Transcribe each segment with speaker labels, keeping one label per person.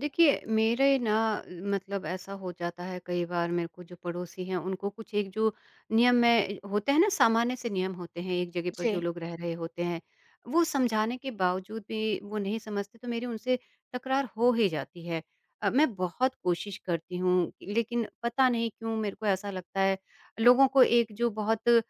Speaker 1: देखिए, मेरे ना मतलब ऐसा हो जाता है कई बार मेरे को जो पड़ोसी हैं उनको कुछ एक जो नियम में होते हैं ना, सामान्य से नियम होते हैं एक जगह पर जो
Speaker 2: जी।
Speaker 1: लोग रह रहे होते हैं, वो समझाने के बावजूद भी वो नहीं समझते तो मेरी उनसे तकरार हो ही जाती है। मैं बहुत कोशिश करती हूँ लेकिन पता नहीं क्यों मेरे को ऐसा लगता है लोगों को एक जो बहुत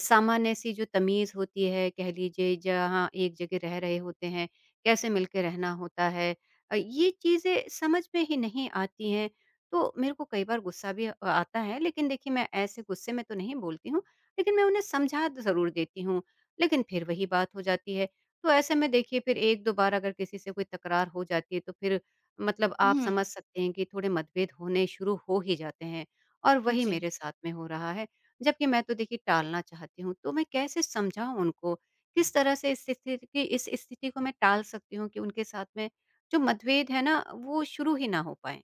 Speaker 1: सामान्य सी जो तमीज़ होती है कह लीजिए जहाँ एक जगह रह रहे होते हैं, कैसे मिलके रहना होता है। ये चीज़ें समझ में ही नहीं आती हैं। तो मेरे को कई बार गुस्सा भी आता है लेकिन देखिए मैं ऐसे गुस्से में तो नहीं बोलती हूँ, लेकिन मैं उन्हें समझा ज़रूर देती हूँ, लेकिन फिर वही बात हो जाती है। तो ऐसे में देखिए फिर 1-2 बार अगर किसी से कोई तकरार हो जाती है तो फिर मतलब आप
Speaker 2: हुँ।
Speaker 1: समझ सकते हैं कि थोड़े मतभेद होने शुरू हो ही जाते हैं और वही
Speaker 2: जी।
Speaker 1: मेरे साथ में हो रहा है। जबकि मैं तो देखिए टालना चाहती हूँ, तो मैं कैसे समझाऊँ उनको? किस तरह से इस स्थिति की इस स्थिति को मैं टाल सकती हूँ कि उनके साथ में जो मतभेद है ना, वो शुरू ही ना हो पाएँ।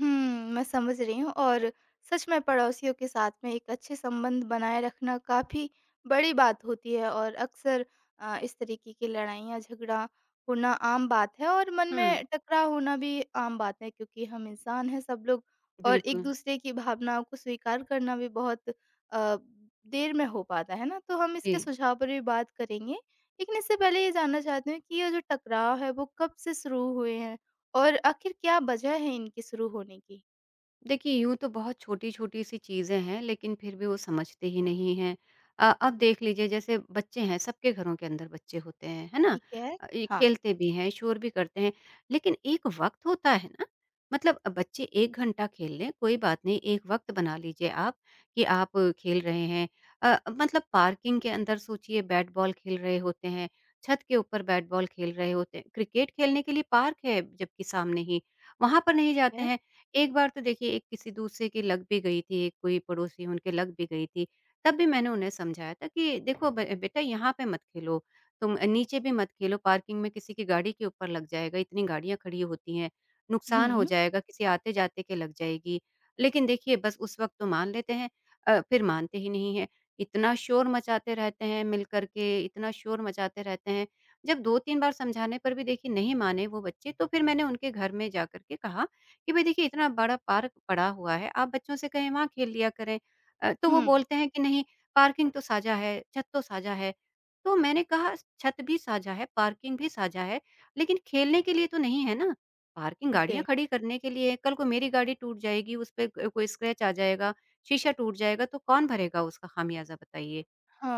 Speaker 2: हुँ, मैं समझ रही हूँ और सच में पड़ोसियों के साथ में एक अच्छे संबंध बनाए रखना काफ़ी बड़ी बात होती है और अक्सर इस तरीके की लड़ाइयाँ, झगड़ा होना आम बात है और मन
Speaker 1: हुँ,
Speaker 2: में टकराव होना भी आम बात है क्योंकि हम इंसान हैं सब लोग। और
Speaker 1: बिल्कुल।
Speaker 2: एक-दूसरे की भावनाओं को स्वीकार करना भी बहुत देर में हो पाता है ना? तो हम इसके
Speaker 1: जी।
Speaker 2: सुझाव पर भी बात करेंगे। लेकिन इससे पहले ये जानना चाहती हूँ कि ये जो टकराव है वो कब से शुरू हुए हैं? और आखिर क्या वजह है इनके शुरू होने की?
Speaker 1: देखिए, यूँ तो बहुत छोटी-छोटी सी चीज़ें हैं, लेकिन फिर भी वो समझते ही नहीं हैं। अब देख लीजिए जैसे बच्चे हैं, सबके घरों के अंदर बच्चे होते हैं, है ना?
Speaker 2: ठीक है।
Speaker 1: ये
Speaker 2: हाँ।
Speaker 1: खेलते भी हैं, शोर भी करते हैं, लेकिन एक वक़्त होता है ना, मतलब बच्चे 1 घंटा खेल लें, कोई बात नहीं, एक वक़्त बना लीजिए आप कि आप खेल रहे हैं। मतलब पार्किंग के अंदर सोचिए बैट बॉल खेल रहे होते हैं, छत के ऊपर बैट बॉल खेल रहे होते हैं, क्रिकेट खेलने के लिए पार्क है जबकि सामने ही, वहाँ पर नहीं
Speaker 2: ठीक
Speaker 1: जाते
Speaker 2: है।
Speaker 1: हैं। एक बार तो देखिए एक किसी दूसरे की लग भी गई थी, एक कोई पड़ोसी उनके लग भी गई थी, तब भी मैंने उन्हें समझाया था कि देखो ब बेटा यहाँ पे मत खेलो, तुम नीचे भी मत खेलो, पार्किंग में किसी की गाड़ी के ऊपर लग जाएगा, इतनी गाड़ियाँ खड़ी होती हैं, नुकसान हो
Speaker 2: हुँ,
Speaker 1: जाएगा, किसी आते-जाते के लग जाएगी। लेकिन देखिए बस उस वक़्त तो मान लेते हैं। फिर मानते ही नहीं हैं, इतना शोर मचाते रहते हैं मिल कर के, इतना शोर मचाते रहते हैं। जब 2-3 बार समझाने पर भी देखिए नहीं माने वो बच्चे, तो फिर मैंने उनके घर में जाकर के कहा कि भाई देखिए इतना बड़ा पार्क पड़ा हुआ है, आप बच्चों से कहें वहाँ खेल लिया करें। तो वो
Speaker 2: हुँ,
Speaker 1: बोलते हैं कि नहीं, पार्किंग तो साझा है, छत तो साझा है। तो मैंने कहा छत भी साझा है, पार्किंग भी साझा है, लेकिन खेलने के लिए तो नहीं है ना। पार्किंग गाड़ियाँ
Speaker 2: जी।
Speaker 1: खड़ी करने के लिए है, कल को मेरी गाड़ी टूट जाएगी, उस पे क कोई स्क्रैच आ जाएगा, शीशा टूट जाएगा तो कौन भरेगा उसका खामियाज़ा बताइए।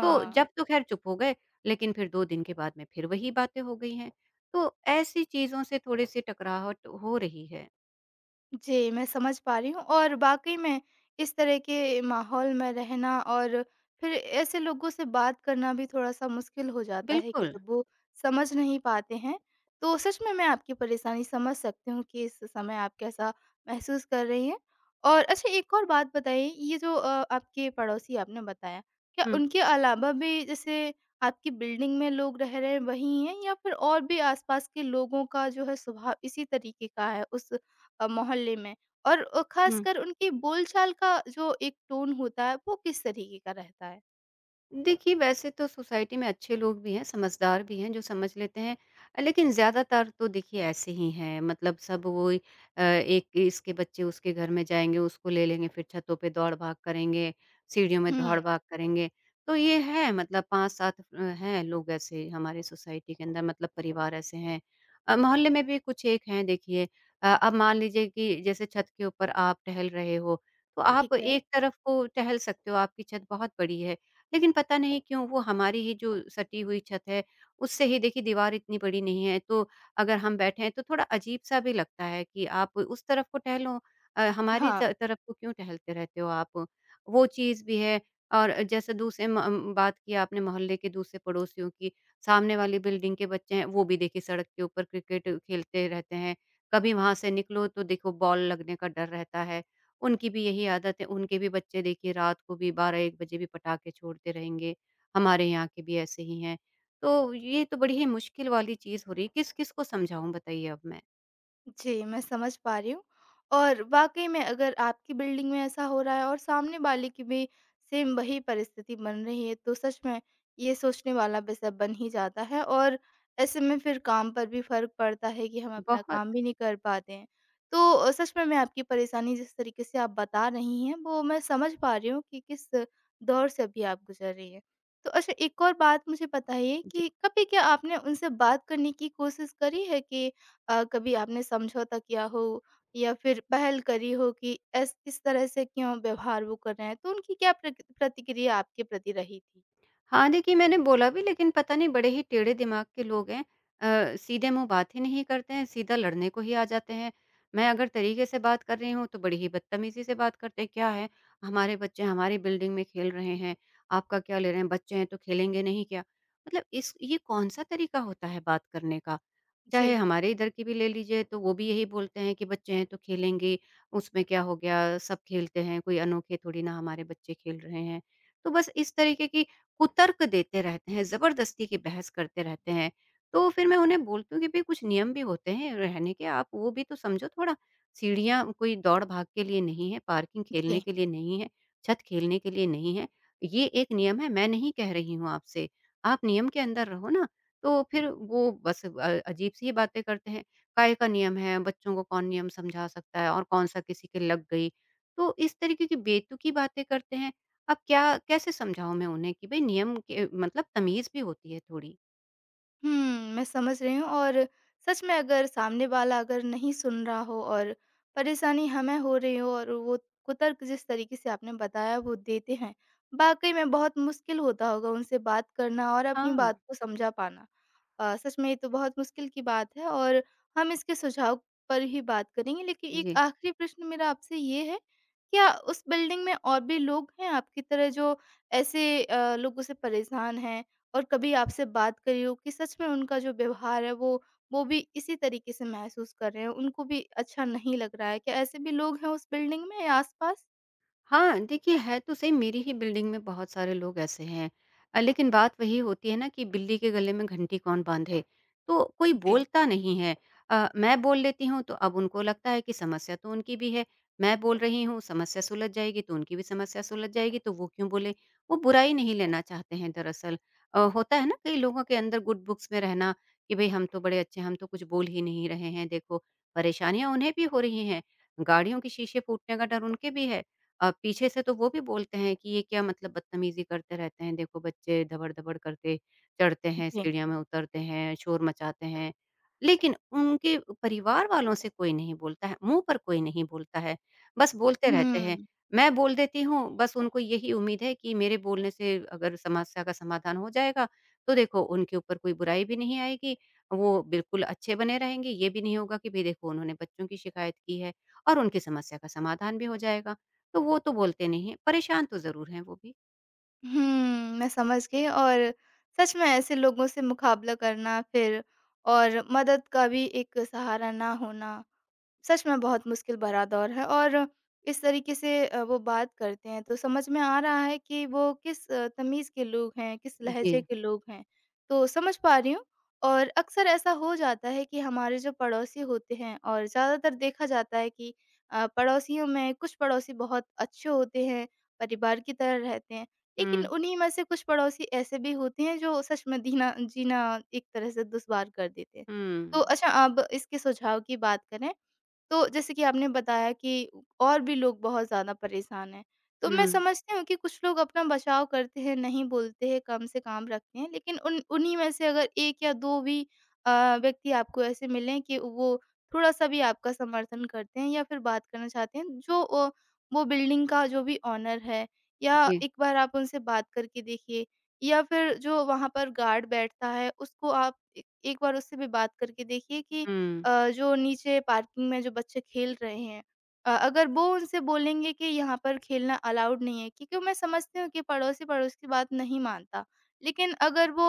Speaker 1: तो जब तो खैर चुप हो गए, लेकिन फिर 2 दिन के बाद में फिर वही बातें हो गई हैं। तो ऐसी चीज़ों से थोड़े-से टकराहट हो रही है।
Speaker 2: जी, मैं समझ पा रही हूँ और वाक़ई में इस तरह के माहौल में रहना और फिर ऐसे लोगों से बात करना भी थोड़ा-सा मुश्किल हो जाता है कि
Speaker 1: बिल्कुल।
Speaker 2: जब वो समझ नहीं पाते हैं, तो सच में मैं आपकी परेशानी समझ सकती हूँ कि इस समय आप कैसा महसूस कर रही हैं। और अच्छा एक और बात बताइए, ये जो आपके पड़ोसी आपने बताया, क्या
Speaker 1: हुँ,
Speaker 2: उनके अलावा भी जैसे आपकी बिल्डिंग में लोग रह रहे हैं वही हैं या फिर और भी आस-पास के लोगों का जो है स्वभाव इसी तरीके का है उस मोहल्ले में, और
Speaker 1: हुँ।
Speaker 2: ख़ासकर उनकी बोलचाल का जो एक टोन होता है, वो किस तरीके का रहता है?
Speaker 1: देखिए, वैसे तो सोसाइटी में अच्छे लोग भी हैं, समझदार भी हैं जो समझ लेते हैं। लेकिन ज़्यादातर तो देखिए ऐसे ही हैं, मतलब सब वो ही एक इसके बच्चे उसके घर में जाएँगे, उसको ले लेंगे, फिर छतों पे दौड़-भाग करेंगे, सीढ़ियों में
Speaker 2: हुँ,
Speaker 1: दौड़-भाग करेंगे। तो ये है मतलब 5-7 हैं लोग ऐसे हमारे सोसाइटी के अंदर मतलब परिवार ऐसे हैं। मोहल्ले में भी कुछ एक हैं देखिए। अब मान लीजिए कि जैसे छत के ऊपर आप टहल रहे हो, तो आप
Speaker 2: ठीक है।
Speaker 1: एक तरफ को टहल सकते हो, आपकी छत बहुत बड़ी है। लेकिन पता नहीं क्यों वो हमारी ही जो सटी हुई छत है उससे ही देखिए दीवार इतनी बड़ी नहीं है तो अगर हम बैठे हैं तो थोड़ा अजीब सा भी लगता है कि आप उस तरफ को टहलो,
Speaker 2: हाँ।
Speaker 1: तरफ को क्यों टहलते रहते हो आप? वो चीज़ भी है। और जैसे दूसरे बात की आपने मोहल्ले के दूसरे पड़ोसियों की, सामने वाली बिल्डिंग के बच्चे हैं वो भी देखिए सड़क के ऊपर क्रिकेट खेलते रहते हैं, कभी वहां से निकलो तो देखो बॉल लगने का डर रहता है। उनकी भी यही आदत है, उनके भी बच्चे देखिए रात को भी 12-1 बजे भी पटाखे छोड़ते रहेंगे, हमारे यहाँ के भी ऐसे ही हैं। तो ये तो बड़ी ही मुश्किल वाली चीज़ हो रही है, किस-किस को समझाऊँ बताइए अब मैं?
Speaker 2: जी, मैं समझ पा रही हूँ और वाक़ई में अगर आपकी बिल्डिंग में ऐसा हो रहा है और सामने वाले की भी सेम वही परिस्थिति बन रही है, तो सच में ये सोचने वाला विषय बन ही जाता है और ऐसे में फिर काम पर भी फ़र्क पड़ता है कि हम अपना
Speaker 1: बहुत।
Speaker 2: काम भी नहीं कर पाते हैं। तो सच में मैं आपकी परेशानी जिस तरीके से आप बता रही हैं, वो मैं समझ पा रही हूँ कि किस दौर से अभी आप गुज़र रही हैं। तो अच्छा एक और बात मुझे बताइए
Speaker 1: जी।
Speaker 2: कि कभी क्या आपने उनसे बात करने की कोशिश करी है कि कभी आपने समझौता किया हो या फिर पहल करी हो कि ऐस इस तरह से क्यों व्यवहार वो कर रहे हैं, तो उनकी क्या प्रक प्रतिक्रिया आपके प्रति रही थी?
Speaker 1: हाँ, देखिए मैंने बोला भी लेकिन पता नहीं बड़े ही टेढ़े दिमाग के लोग हैं। सीधे मुँह बात ही नहीं करते हैं, सीधा लड़ने को ही आ जाते हैं। मैं अगर तरीके से बात कर रही हूँ तो बड़ी ही बदतमीज़ी से बात करते हैं, क्या है हमारे बच्चे हमारी बिल्डिंग में खेल रहे हैं, आपका क्या ले रहे हैं, बच्चे हैं तो खेलेंगे नहीं क्या? मतलब इस ये कौन-सा तरीका होता है बात करने का?
Speaker 2: जी।
Speaker 1: चाहे हमारे इधर की भी ले लीजिए तो वो भी यही बोलते हैं कि बच्चे हैं तो खेलेंगे, उसमें क्या हो गया सब खेलते हैं, कोई अनोखे थोड़ी ना हमारे बच्चे खेल रहे हैं। तो बस इस तरीके की कुतर्क देते रहते हैं, ज़बरदस्ती की बहस करते रहते हैं। तो फिर मैं उन्हें बोलती हूँ कि भई कुछ नियम भी होते हैं रहने के, आप वो भी तो समझो थोड़ा। सीढ़ियाँ कोई दौड़-भाग के लिए नहीं है, पार्किंग खेलने
Speaker 2: जी।
Speaker 1: के लिए नहीं है, छत खेलने के लिए नहीं है। ये एक नियम है, मैं नहीं कह रही हूँ आपसे, आप नियम के अंदर रहो ना। तो फिर वो बस अजीब-सी ही बातें करते हैं। काहे का नियम है, बच्चों को कौन नियम समझा सकता है और कौन-सा किसी के लग गई। तो इस तरीके की बेतुकी बातें करते हैं। अब क्या, कैसे समझाऊँ मैं उन्हें कि भई नियम के मतलब तमीज़ भी होती है थोड़ी।
Speaker 2: हुँ, मैं समझ रही हूँ और सच में अगर सामने वाला अगर नहीं सुन रहा हो और परेशानी हमें हो रही हो और वो कुतर्क जिस तरीके से आपने बताया वो देते हैं, वाक़ई में बहुत मुश्किल होता होगा उनसे बात करना और अपनी
Speaker 1: हाँ।
Speaker 2: बात को समझा पाना। सच में ये तो बहुत मुश्किल की बात है और हम इसके सुझाव पर ही बात करेंगे। लेकिन एक
Speaker 1: जी।
Speaker 2: आखिरी प्रश्न मेरा आपसे ये है, क्या उस बिल्डिंग में और भी लोग हैं आपकी तरह जो ऐसे लोगों से परेशान हैं और कभी आपसे बात करी हो कि सच में उनका जो व्यवहार है, वो भी इसी तरीके से महसूस कर रहे हैं, उनको भी अच्छा नहीं लग रहा है। क्या ऐसे भी लोग हैं उस बिल्डिंग में या आस-पास?
Speaker 1: हाँ, देखिए है तो सही मेरी ही बिल्डिंग में बहुत सारे लोग ऐसे हैं। लेकिन बात वही होती है ना कि बिल्ली के गले में घंटी कौन बाँधे, तो कोई
Speaker 2: जी,
Speaker 1: बोलता नहीं है। मैं बोल लेती हूँ तो अब उनको लगता है कि समस्या तो उनकी भी है। मैं बोल रही हूँ समस्या सुलझ जाएगी तो उनकी भी समस्या सुलझ जाएगी तो वो क्यों बोले? वो बुराई नहीं लेना चाहते हैं दरअसल। होता है ना कई लोगों के अंदर गुड बुक्स में रहना कि भई हम तो बड़े अच्छे हैं, हम तो कुछ बोल ही नहीं रहे हैं देखो। परेशानियाँ उन्हें भी हो रही हैं, गाड़ियों के शीशे फूटने का डर उनके भी है। पीछे से तो वो भी बोलते हैं कि ये क्या मतलब बदतमीज़ी करते रहते हैं, देखो बच्चे धबड़-धबड़ करके चढ़ते हैं,
Speaker 2: जी।
Speaker 1: सीढ़ियों में उतरते हैं, शोर मचाते हैं। लेकिन उनके परिवार वालों से कोई नहीं बोलता है, मुँह पर कोई नहीं बोलता है, बस बोलते रहते हैं।
Speaker 2: हुँ।
Speaker 1: मैं बोल देती हूँ, बस उनको यही उम्मीद है कि मेरे बोलने से अगर समस्या का समाधान हो जाएगा, तो देखो उनके ऊपर कोई बुराई भी नहीं आएगी, वो बिल्कुल अच्छे बने रहेंगे। ये भी नहीं होगा कि भई देखो उन्होंने बच्चों की शिकायत की है और उनकी समस्या का समाधान भी हो जाएगा। तो वो तो बोलते नहीं हैं, परेशान तो ज़रूर हैं वो भी।
Speaker 2: मैं समझ गई और सच में ऐसे लोगों से मुकाबला करना, फिर और मदद का भी एक सहारा ना होना। सच में बहुत मुश्किल भरा दौर है और इस तरीके से वो बात करते हैं तो समझ में आ रहा है कि वो किस तमीज़ के लोग हैं, किस लहज़े
Speaker 1: जी।
Speaker 2: के लोग हैं। तो समझ पा रही हूँ। और अक्सर ऐसा हो जाता है कि हमारे जो पड़ोसी होते हैं, और ज़्यादातर देखा जाता है कि पड़ोसियों में कुछ पड़ोसी बहुत अच्छे होते हैं, परिवार की तरह रहते हैं। लेकिन
Speaker 1: हुँ,
Speaker 2: उन्हीं में से कुछ पड़ोसी ऐसे भी होते हैं जो सच में दीना जीना एक तरह से दुश्वार कर देते हैं। तो
Speaker 1: हुँ,
Speaker 2: अच्छा, अब इसके सुझाव की बात करें तो जैसे कि आपने बताया कि और भी लोग बहुत ज़्यादा परेशान हैं, तो मैं
Speaker 1: हुँ,
Speaker 2: समझती हूँ कि कुछ लोग अपना बचाव करते हैं, नहीं बोलते हैं, कम से काम रखते हैं, लेकिन उन उन्हीं में से अगर 1 या 2 भी व्यक्ति आपको ऐसे मिलें कि वो थोड़ा-सा भी आपका समर्थन करते हैं या फिर बात करना चाहते हैं, जो वो बिल्डिंग का जो भी ओनर है, या
Speaker 1: जी,
Speaker 2: एक बार आप उनसे बात करके देखिए। या फिर जो वहाँ पर गार्ड बैठता है, उसको आप ए एक बार उससे भी बात करके देखिए कि
Speaker 1: हुँ,
Speaker 2: जो नीचे पार्किंग में जो बच्चे खेल रहे हैं, अगर वो उनसे बोलेंगे कि यहाँ पर खेलना अलाउड नहीं है क्योंकि मैं समझती हूँ कि पड़ोसी पड़ोस की बात नहीं मानता। लेकिन अगर वो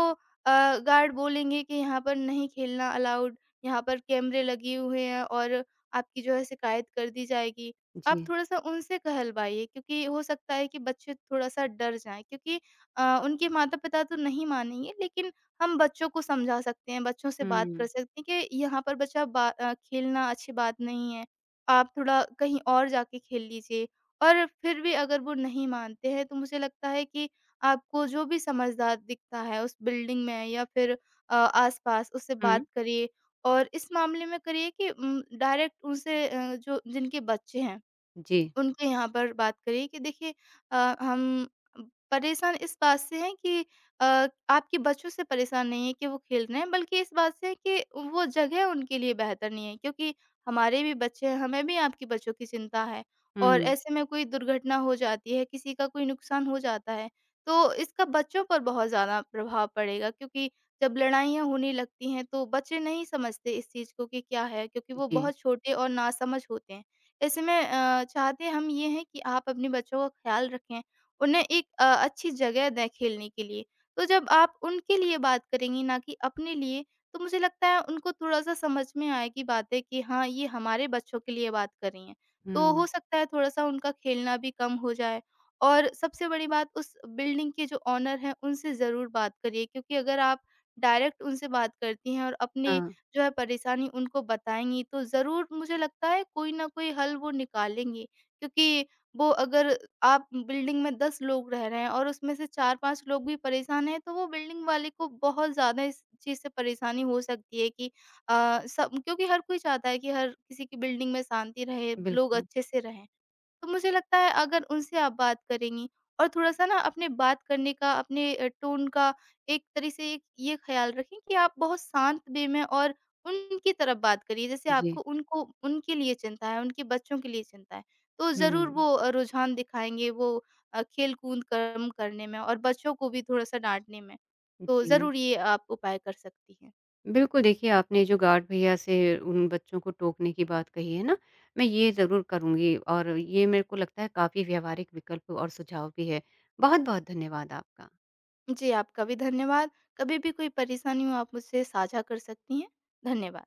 Speaker 2: गार्ड बोलेंगे कि यहाँ पर नहीं खेलना अलाउड, यहाँ पर कैमरे लगे हुए हैं और आपकी जो है शिकायत कर दी जाएगी, आप
Speaker 1: जी,
Speaker 2: थोड़ा सा उनसे कहलवाइए, क्योंकि हो सकता है कि बच्चे थोड़ा सा डर जाएं। क्योंकि उनके माता पिता तो नहीं मानेंगे, लेकिन हम बच्चों को समझा सकते हैं, बच्चों से बात कर
Speaker 1: हुँ,
Speaker 2: सकते हैं कि यहाँ पर खेलना अच्छी बात नहीं है, आप थोड़ा कहीं और जाके खेल लीजिए। और फिर भी अगर वो नहीं मानते हैं, तो मुझे लगता है कि आपको जो भी समझदार दिखता है उस बिल्डिंग में या फिर आस-पास, उससे
Speaker 1: हुँ,
Speaker 2: बात करिए और इस मामले में करिए कि डायरेक्ट उनसे, जो जिनके बच्चे हैं
Speaker 1: जी,
Speaker 2: उनके यहाँ पर बात करिए कि देखिए अ, हम परेशान इस बात से हैं कि आपके बच्चों से परेशान नहीं है कि वो खेल रहे हैं, बल्कि इस बात से है कि वो जगह उनके लिए बेहतर नहीं है, क्योंकि हमारे भी बच्चे हैं, हमें भी आपके बच्चों की चिंता है। और
Speaker 1: हुँ,
Speaker 2: ऐसे में कोई दुर्घटना हो जाती है, किसी का कोई नुकसान हो जाता है, तो इसका बच्चों पर बहुत ज़्यादा प्रभाव पड़ेगा, क्योंकि जब लड़ाइयाँ होने लगती हैं, तो बच्चे नहीं समझते इस चीज़ को कि क्या है, क्योंकि वो
Speaker 1: जी,
Speaker 2: बहुत छोटे और नासमझ होते हैं। ऐसे में चाहते हम ये हैं कि आप अपने बच्चों का ख्याल रखें, उन्हें एक अच्छी जगह दें खेलने के लिए। तो जब आप उनके लिए बात करेंगी ना कि अपने लिए, तो मुझे लगता है उनको थोड़ा-सा समझ में आएगी बातें कि हाँ, ये हमारे बच्चों के लिए बात कर रही हैं। तो
Speaker 1: हुँ,
Speaker 2: हो सकता है थोड़ा-सा उनका खेलना भी कम हो जाए। और सबसे बड़ी बात, उस बिल्डिंग के जो ओनर हैं, उनसे ज़रूर बात करिए, क्योंकि अगर आप डायरेक्ट उनसे बात करती हैं और अपने
Speaker 1: हाँ,
Speaker 2: जो है परेशानी उनको बताएँगी, तो ज़रूर मुझे लगता है कोई न कोई हल वो निकालेंगी। क्योंकि वो अगर, आप बिल्डिंग में 10 लोग रह रहे हैं और उसमें से 4-5 लोग भी परेशान हैं, तो वो बिल्डिंग वाले को बहुत ज़्यादा इस चीज़ से परेशानी हो सकती है कि सब, क्योंकि हर कोई चाहता है कि हर किसी की बिल्डिंग में शांति रहे, लोग
Speaker 1: बिल्कुल,
Speaker 2: अच्छे से रहें। तो मुझे लगता है अगर उनसे आप बात करेंगी, और थोड़ा-सा ना अपने बात करने का, अपने टोन का एक तरह से एक ये ख़्याल रखें कि आप बहुत शांत वे में और उनकी तरफ बात करिए। जैसे आपको
Speaker 1: जी,
Speaker 2: उनको, उनके लिए चिंता है, उनके बच्चों के लिए चिंता है, तो ज़रूर
Speaker 1: हुँ,
Speaker 2: वो रुझान दिखाएँगे वो खेल-कूद कम करने में और बच्चों को भी थोड़ा-सा डाँटने में। तो
Speaker 1: जी।
Speaker 2: ज़रूर ये आप उपाय कर सकती हैं।
Speaker 1: बिल्कुल, देखिए आपने जो गार्ड भैया से उन बच्चों को टोकने की बात कही है ना, मैं ये ज़रूर करूँगी और ये मेरे को लगता है काफ़ी व्यावहारिक विकल्प और सुझाव भी है। बहुत-बहुत धन्यवाद आपका।
Speaker 2: जी, आपका भी धन्यवाद। कभी भी कोई परेशानी हो आप मुझसे साझा कर सकती हैं। धन्यवाद।